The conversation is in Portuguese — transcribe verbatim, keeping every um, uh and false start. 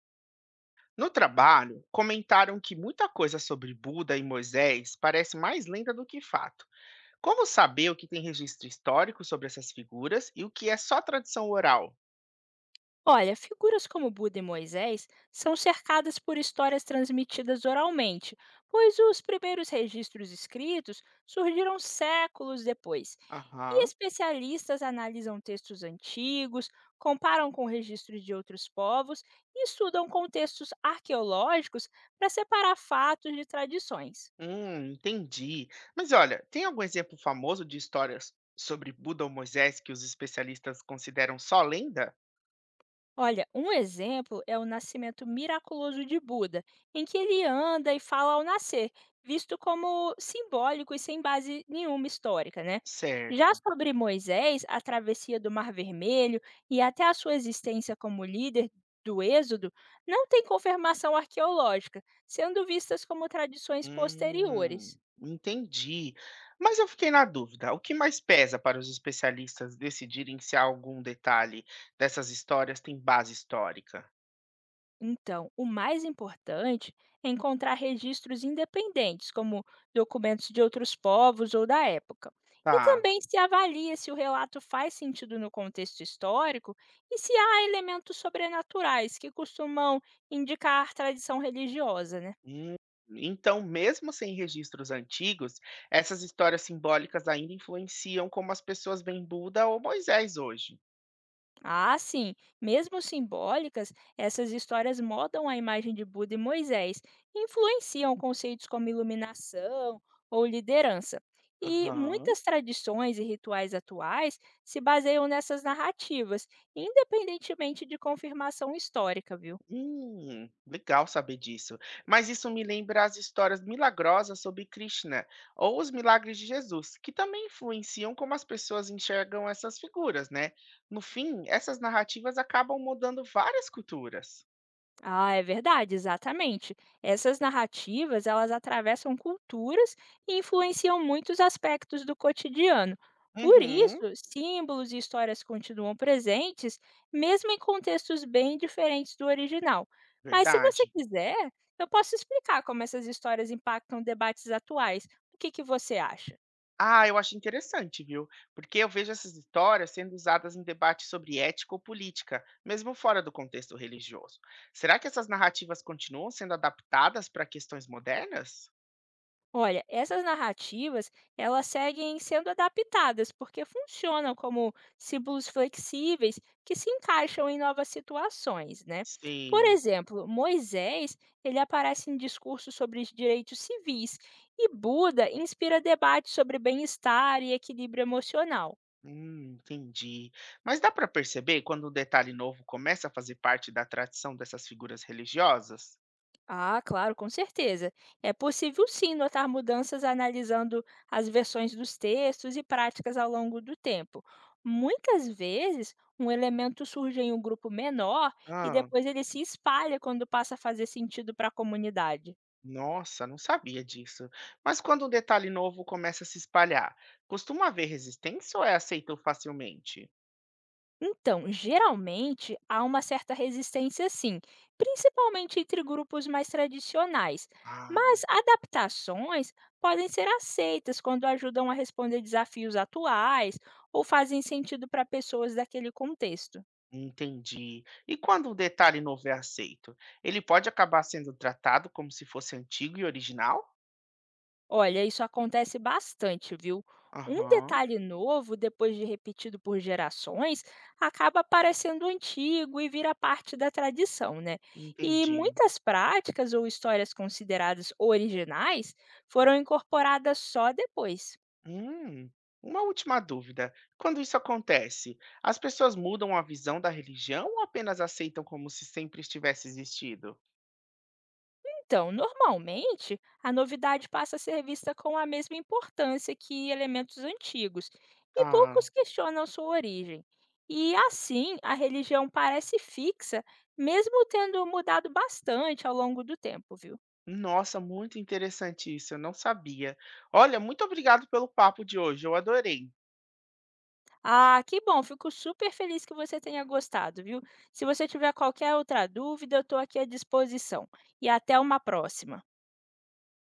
No trabalho, comentaram que muita coisa sobre Buda e Moisés parece mais lenda do que fato. Como saber o que tem registro histórico sobre essas figuras e o que é só tradição oral? Olha, figuras como Buda e Moisés são cercadas por histórias transmitidas oralmente, pois os primeiros registros escritos surgiram séculos depois. E Aham. especialistas analisam textos antigos, comparam com registros de outros povos e estudam contextos arqueológicos para separar fatos de tradições. Hum, entendi. Mas olha, tem algum exemplo famoso de histórias sobre Buda ou Moisés que os especialistas consideram só lenda? Olha, um exemplo é o nascimento miraculoso de Buda, em que ele anda e fala ao nascer, visto como simbólico e sem base nenhuma histórica, né? Já Certo. sobre Moisés, a travessia do Mar Vermelho e até a sua existência como líder do Êxodo não tem confirmação arqueológica, sendo vistas como tradições Hum, posteriores. entendi. Mas eu fiquei na dúvida, o que mais pesa para os especialistas decidirem se algum detalhe dessas histórias tem base histórica? Então, o mais importante é encontrar registros independentes, como documentos de outros povos ou da época. E Tá. também se avalia se o relato faz sentido no contexto histórico e se há elementos sobrenaturais que costumam indicar tradição religiosa, né? Hum, então, mesmo sem registros antigos, essas histórias simbólicas ainda influenciam como as pessoas veem Buda ou Moisés hoje. Ah, sim. Mesmo simbólicas, essas histórias moldam a imagem de Buda e Moisés, e influenciam conceitos como iluminação ou liderança. E Aham. muitas tradições e rituais atuais se baseiam nessas narrativas, independentemente de confirmação histórica, viu? Hum, legal saber disso. Mas isso me lembra as histórias milagrosas sobre Krishna ou os milagres de Jesus, que também influenciam como as pessoas enxergam essas figuras, né? No fim, essas narrativas acabam mudando várias culturas. Ah, é verdade, exatamente. Essas narrativas, elas atravessam culturas e influenciam muitos aspectos do cotidiano. Por Uhum, isso, símbolos e histórias continuam presentes, mesmo em contextos bem diferentes do original. Mas se você verdade. quiser, eu posso explicar como essas histórias impactam debates atuais. O que que você acha? Ah, eu acho interessante, viu? Porque eu vejo essas histórias sendo usadas em debates sobre ética ou política, mesmo fora do contexto religioso. Será que essas narrativas continuam sendo adaptadas para questões modernas? Olha, essas narrativas, elas seguem sendo adaptadas porque funcionam como símbolos flexíveis que se encaixam em novas situações, né? Por Sim. exemplo, Moisés, ele aparece em discursos sobre os direitos civis e Buda inspira debates sobre bem-estar e equilíbrio emocional. Hum, entendi. Mas dá para perceber quando um detalhe novo começa a fazer parte da tradição dessas figuras religiosas? Ah, claro, com certeza. É possível sim notar mudanças analisando as versões dos textos e práticas ao longo do tempo. Muitas vezes, um elemento surge em um grupo menor e Ah, depois ele se espalha quando passa a fazer sentido para a comunidade. nossa, não sabia disso. Mas quando um detalhe novo começa a se espalhar, costuma haver resistência ou é aceito facilmente? Então, geralmente há uma certa resistência sim, principalmente entre grupos mais tradicionais, Ah, mas adaptações podem ser aceitas quando ajudam a responder desafios atuais ou fazem sentido para pessoas daquele contexto. entendi. E quando um detalhe novo é aceito, ele pode acabar sendo tratado como se fosse antigo e original? Olha, isso acontece bastante, viu? Um Aham, detalhe novo, depois de repetido por gerações, acaba parecendo antigo e vira parte da tradição, né? E entendi. muitas práticas ou histórias consideradas originais foram incorporadas só depois. Hum, uma última dúvida. Quando isso acontece, as pessoas mudam a visão da religião ou apenas aceitam como se sempre estivesse existido? Então, normalmente, a novidade passa a ser vista com a mesma importância que elementos antigos, e Ah, poucos questionam sua origem. E assim, a religião parece fixa, mesmo tendo mudado bastante ao longo do tempo, viu? nossa, muito interessante isso, eu não sabia. Olha, muito obrigado pelo papo de hoje, eu adorei. Ah, que bom, fico super feliz que você tenha gostado, viu? Se você tiver qualquer outra dúvida, eu estou aqui à disposição. E até uma próxima.